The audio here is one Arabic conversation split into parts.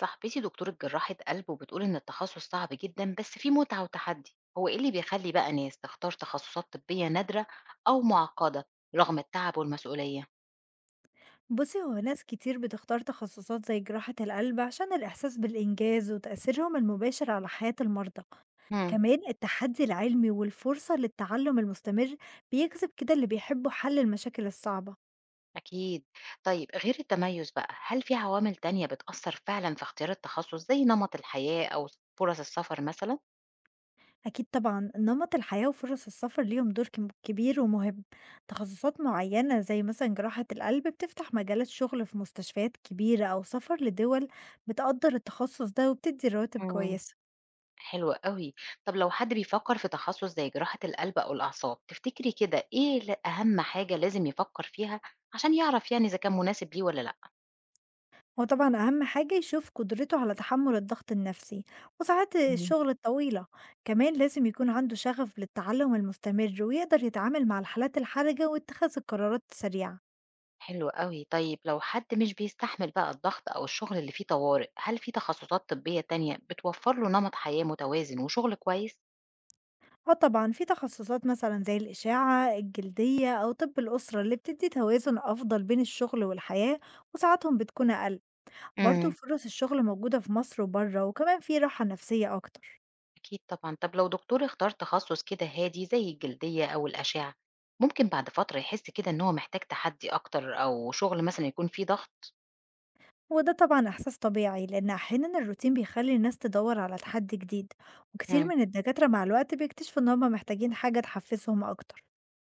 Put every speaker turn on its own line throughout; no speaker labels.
صاحبتي دكتورة جراحة قلب وبتقول إن التخصص صعب جدا بس فيه متعة وتحدي. هو إيه اللي بيخلي بقى ناس تختار تخصصات طبية نادرة أو معقدة رغم التعب والمسؤولية؟
بُصّي، هو ناس كتير بتختار تخصصات زي جراحة القلب عشان الإحساس بالإنجاز وتأثيرهم المباشر على حياة المرضى،
هم.
كمان التحدي العلمي والفرصة للتعلم المستمر بيجذب كده اللي بيحبوا حل المشاكل الصعبة.
أكيد. طيب غير التميز بقى، هل في عوامل تانية بتأثر فعلا في اختيار التخصص زي نمط الحياة أو فرص السفر مثلا؟
أكيد طبعًا نمط الحياة وفرص السفر ليهم دور كبير ومهم، تخصصات معينة زي مثلًا جراحة القلب بتفتح مجالات شغل في مستشفيات كبيرة أو سفر لدول بتقدّر التخصص ده وبتدّي رواتب
مم.
كويسة.
حلو قوي. طب لو حد بيفكر في تخصص زي جراحة القلب أو الأعصاب، تفتكري كده إيه أهم حاجة لازم يفكر فيها عشان يعرف يعني إذا كان مناسب ليه ولا
هو طبعًا أهم حاجة يشوف قدرته على تحمُّل الضغط النفسي وساعات
لأ؟
الشغل الطويلة، كمان لازم يكون عنده شغف للتعلُّم المستمر ويقدر يتعامل مع الحالات الحرجة واتخاذ القرارات السريعة.
حلو أوي. طيب لو حد مش بيستحمل بقى الضغط أو الشغل اللي فيه طوارئ، هل في تخصصات طبية تانية بتوفر له نمط حياة متوازن وشغل كويس؟
آه طبعًا في تخصصات مثلًا زي الإشاعة، الجلدية أو طِب الأسرة اللي بتدّي توازن أفضل بين الشغل والحياة وساعاتهم بتكون أقل، برضه
امم
فرص الشغل موجودة في مصر وبرّه وكمان في راحة نفسية أكتر.
أكيد طبعا. طب لو دكتور اختار تخصص كده هادي زي الجلدية أو الأشعة، ممكن بعد فترة يحس كده إن هو محتاج تحدي أكتر أو شغل مثلا يكون فيه ضغط؟
وده طبعا إحساس طبيعي لأن أحيانا الروتين بيخلي الناس تدور على تحدي جديد، وكتير
امم
من الدكاترة مع الوقت بيكتشفوا إن هما محتاجين حاجة تحفزهم أكتر.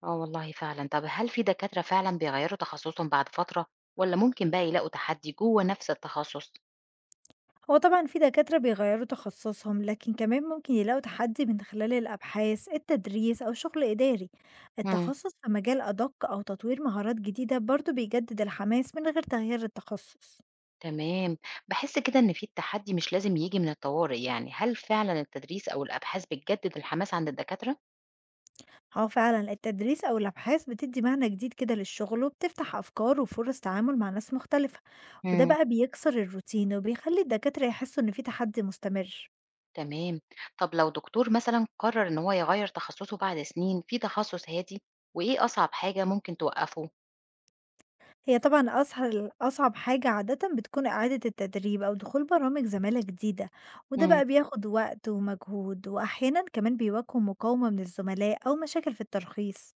اه والله فعلا. طب هل في دكاترة فعلا بيغيروا تخصصهم بعد فترة ولا ممكن بقى يلاقوا تحدي جوه نفس التخصص؟
هو طبعا في دكاترة بيغيروا تخصصهم لكن كمان ممكن يلاقوا تحدي من خلال الأبحاث التدريس أو شغل إداري، التخصص في مجال أدق أو تطوير مهارات جديدة برضه بيجدد الحماس من غير تغيير التخصص.
تمام. بحس كده إن في التحدي مش لازم يجي من الطوارئ، يعني هل فعلا التدريس أو الأبحاث بتجدد الحماس عند الدكاترة؟
آه فعلًا، التدريس أو الأبحاث بتدّي معنى جديد كده للشغل، وبتفتح أفكار وفرص تعامل مع ناس مختلفة، وده
مم.
بقى بيكسر الروتين وبيخلّي الدكاترة يحسّوا إن في تحدي مستمر.
تمام. طب لو دكتور مثلا قرر إن هو يغير تخصصه بعد سنين في تخصص هادي، وإيه أصعب حاجة ممكن توقفه؟
هي طبعًا أصعب حاجة عادةً بتكون إعادة التدريب أو دخول برامج زمالة جديدة، وده
مم.
بقى بياخد وقت ومجهود، وأحيانًا كمان بيواجهوا مقاومة من الزملاء أو مشاكل في الترخيص.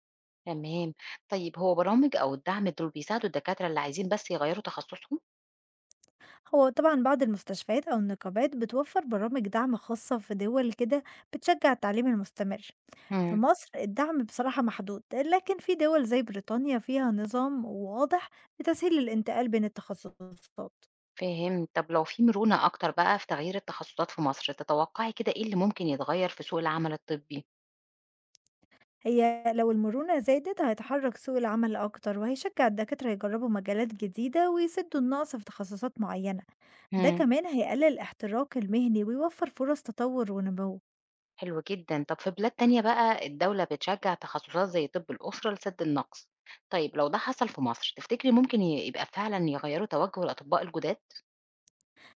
تمام. طيب هو برامج أو الدعم دول بيساعدوا الدكاترة اللي عايزين بس يغيروا تخصصهم؟
هو طبعا بعض المستشفيات أو النقابات بتوفر برامج دعم خاصة في دول كده بتشجع التعليم المستمر. في
مم.
مصر الدعم بصراحة محدود لكن في دول زي بريطانيا فيها نظام واضح لتسهيل الانتقال بين التخصصات.
فاهم. طب لو في مرونة أكتر بقى في تغيير التخصصات في مصر، تتوقعي كده إيه اللي ممكن يتغير في سوق العمل الطبي؟
هي لو المرونة زادت هيتحرك سوق العمل أكتر وهيشجع الدكاترة يجربوا مجالات جديدة ويسدوا النقص في تخصصات معينة، ده كمان هيقلل الاحتراق المهني ويوفر فرص تطور ونمو.
حلو جدًا. طب في بلاد تانية بقى الدولة بتشجّع تخصصات زي طِب الأسرة لسَد النقص. طيب لو ده حصل في مصر، تفتكري ممكن يبقى فعلًا يغيّروا توجُّه الأطباء الجُداد؟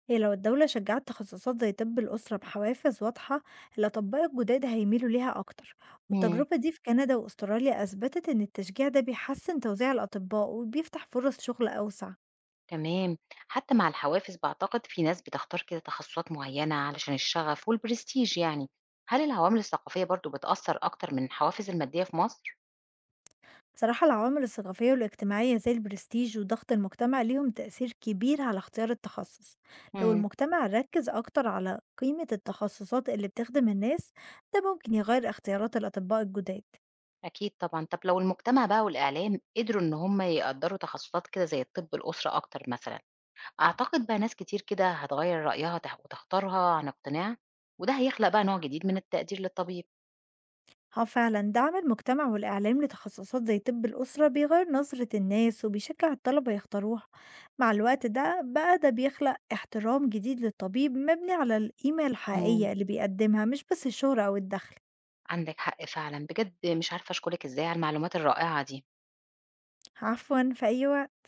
هي لو الدولة شجعت تخصصات زي طب الأسرة بحوافز واضحة، الأطباء الجداد هيميلوا ليها أكتر،
إمم.
والتجربة دي في كندا وأستراليا أثبتت إن التشجيع ده بيحسن توزيع الأطباء وبيفتح فرص شغل أوسع.
تمام. حتّى مع الحوافز باعتقد في ناس بتختار كده تخصصات معيّنة علشان الشغف والprestige يعني. هل العوامل الثقافية برضه بتأثّر أكتر من الحوافز المادية في مصر؟
صراحة العوامل الثقافية والاجتماعية زي البرستيج وضغط المجتمع ليهم تأثير كبير على اختيار التخصص، لو
إمم.
المجتمع ركز أكتر على قيمة التخصصات اللي بتخدم الناس ده ممكن يغير اختيارات الأطباء الجداد.
أكيد طبعًا. طب لو المجتمع بقى والإعلام قدروا إن هم يقدّروا تخصصات كده زي طِب الأسرة أكتر مثلًا، أعتقد بقى ناس كتير كده هتغيّر رأيها وتختارها عن اقتناع، وده هيخلق بقى نوع جديد من التقدير للطبيب.
اه فعلا دعم المجتمع والإعلام لتخصصات زي طب الأسرة بيغير نظرة الناس وبيشجع الطلبة يختاروها، مع الوقت ده بيخلق احترام جديد للطبيب مبني على القيمة
إمم.
الحقيقية اللي بيقدمها مش بس الشهرة أو الدخل.
عندِك حق فعلًا، بجد مش عارفة أشكرِك إزاي على المعلومات الرائعة دي.
عفوا، في أي وقت.